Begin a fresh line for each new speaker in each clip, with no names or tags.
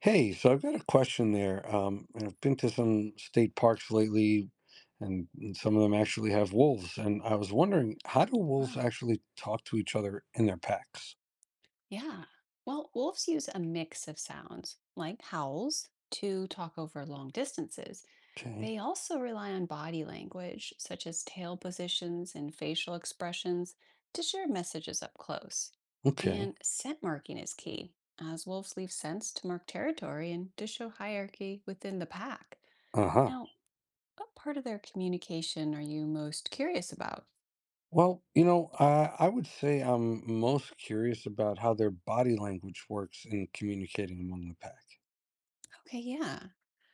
Hey, so I've got a question there. And I've been to some state parks lately, and some of them actually have wolves. And I was wondering, how do wolves
Wow.
actually talk to each other in their packs?
Yeah. Well, wolves use a mix of sounds, like howls, to talk over long distances.
Okay.
They also rely on body language, such as tail positions and facial expressions, to share messages up close.
Okay.
And scent marking is key, as wolves leave scents to mark territory and to show hierarchy within the pack.
Uh-huh.
Now, what part of their communication are you most curious about?
I would say I'm most curious about how their body language works in communicating among the pack.
Okay, yeah.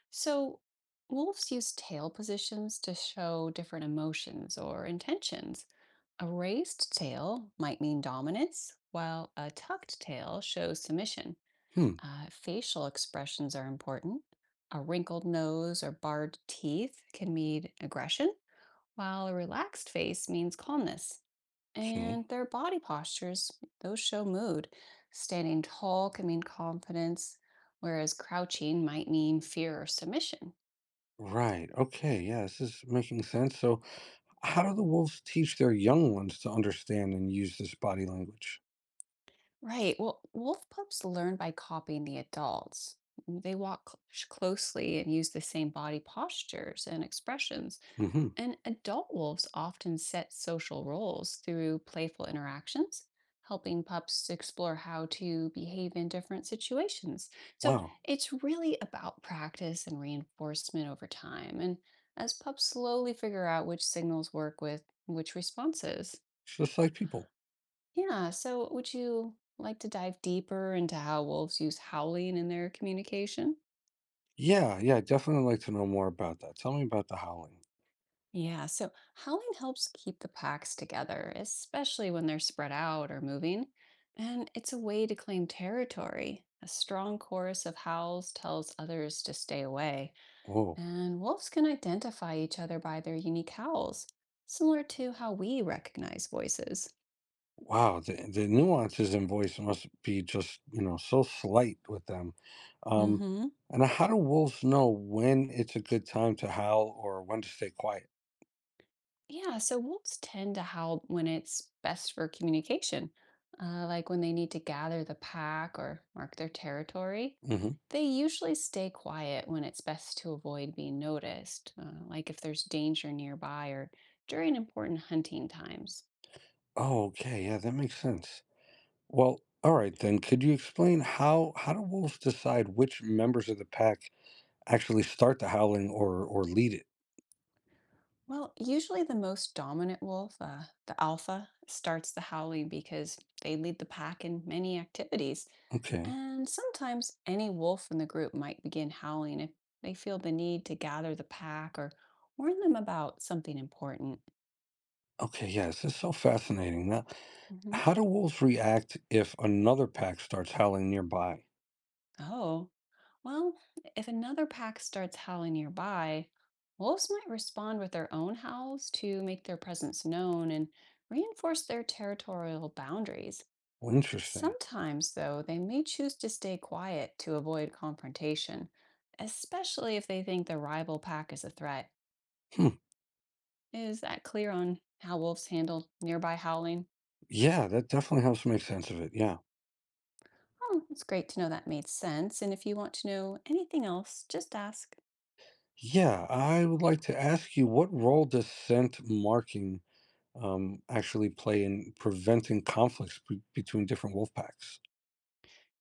So, wolves use tail positions to show different emotions or intentions. A raised tail might mean dominance, while a tucked tail shows submission.
Hmm.
Facial expressions are important. A wrinkled nose or barred teeth can mean aggression, while a relaxed face means calmness.
Okay.
And their body postures, those show mood. Standing tall can mean confidence, whereas crouching might mean fear or submission.
Right. Okay. Yeah, this is making sense. So, how do the wolves teach their young ones to understand and use this body language?
Right. Well, wolf pups learn by copying the adults. They walk closely and use the same body postures and expressions.
Hmm.
And adult wolves often set social roles through playful interactions, helping pups to explore how to behave in different situations. So
Wow.
it's really about practice and reinforcement over time. And as pups slowly figure out which signals work with which responses.
It's just like people.
Yeah. So, would you like to dive deeper into how wolves use howling in their communication?
Yeah, yeah, I'd definitely like to know more about that. Tell me about the howling.
Yeah. So, howling helps keep the packs together, especially when they're spread out or moving. And it's a way to claim territory. A strong chorus of howls tells others to stay away.
Whoa.
And wolves can identify each other by their unique howls, similar to how we recognize voices.
Wow. The nuances in voice must be just, so slight with them.
Mm
Um,
hmm.
and how do wolves know when it's a good time to howl or when to stay quiet?
Yeah, so wolves tend to howl when it's best for communication, like when they need to gather the pack or mark their territory.
Hmm.
They usually stay quiet when it's best to avoid being noticed, like if there's danger nearby or during important hunting times.
Oh, okay. Yeah, that makes sense. Well, all right then. Could you explain how do wolves decide which members of the pack actually start the howling or lead it?
Well, usually the most dominant wolf, the alpha, starts the howling because they lead the pack in many activities.
Okay.
And sometimes any wolf in the group might begin howling if they feel the need to gather the pack or warn them about something important.
Okay, yeah, this is so fascinating. Now,
hmm
how do wolves react if another pack starts howling nearby?
Oh, well, if another pack starts howling nearby, wolves might respond with their own howls to make their presence known and reinforce their territorial boundaries.
Well, interesting.
Sometimes, though, they may choose to stay quiet to avoid confrontation, especially if they think the rival pack is a threat.
Hmm.
Is that clear on how wolves handle nearby howling?
Yeah, that definitely helps make sense of it. Yeah.
Oh, it's great to know that made sense. And if you want to know anything else, just ask.
Yeah, I would like to ask you what role does scent marking actually play in preventing conflicts between different wolf packs?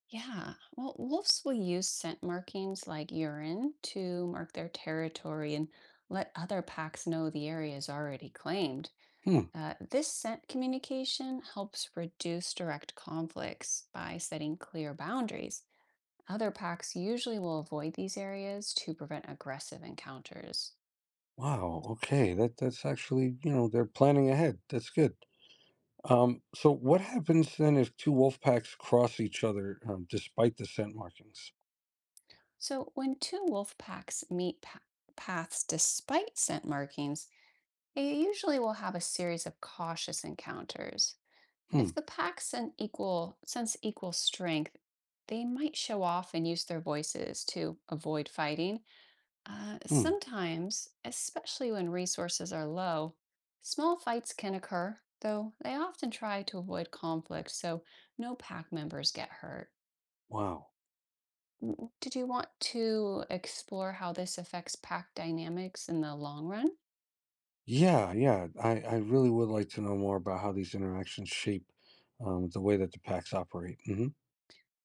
Yeah, well, wolves will use scent markings like urine to mark their territory and let other packs know the area is already claimed.
Hmm.
This scent communication helps reduce direct conflicts by setting clear boundaries. Other packs usually will avoid these areas to prevent aggressive encounters.
Wow. Okay. That that's actually, they're planning ahead. That's good. So what happens then if two wolf packs cross each other despite the scent markings?
So when two wolf packs paths despite scent markings, they usually will have a series of cautious encounters.
Hmm.
If the packs sense equal strength, they might show off and use their voices to avoid fighting.
Hmm.
Sometimes, especially when resources are low, small fights can occur, though they often try to avoid conflict so no pack members get hurt.
Wow.
Did you want to explore how this affects pack dynamics in the long run?
Yeah, yeah. I really would like to know more about how these interactions shape the way that the packs operate. Hmm.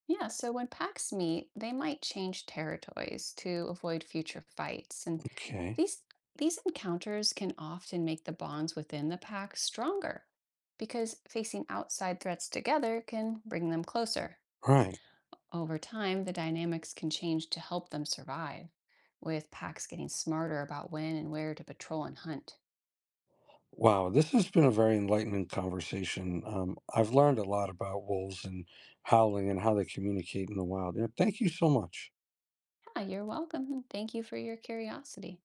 Yeah, so when packs meet, they might change territories to avoid future fights. And
Okay.
these these encounters can often make the bonds within the pack stronger because facing outside threats together can bring them closer.
Right.
Over time, the dynamics can change to help them survive, with packs getting smarter about when and where to patrol and hunt.
Wow. This has been a very enlightening conversation. I've learned a lot about wolves and howling and how they communicate in the wild. Yeah, thank you so much.
Yeah, you're welcome, and thank you for your curiosity.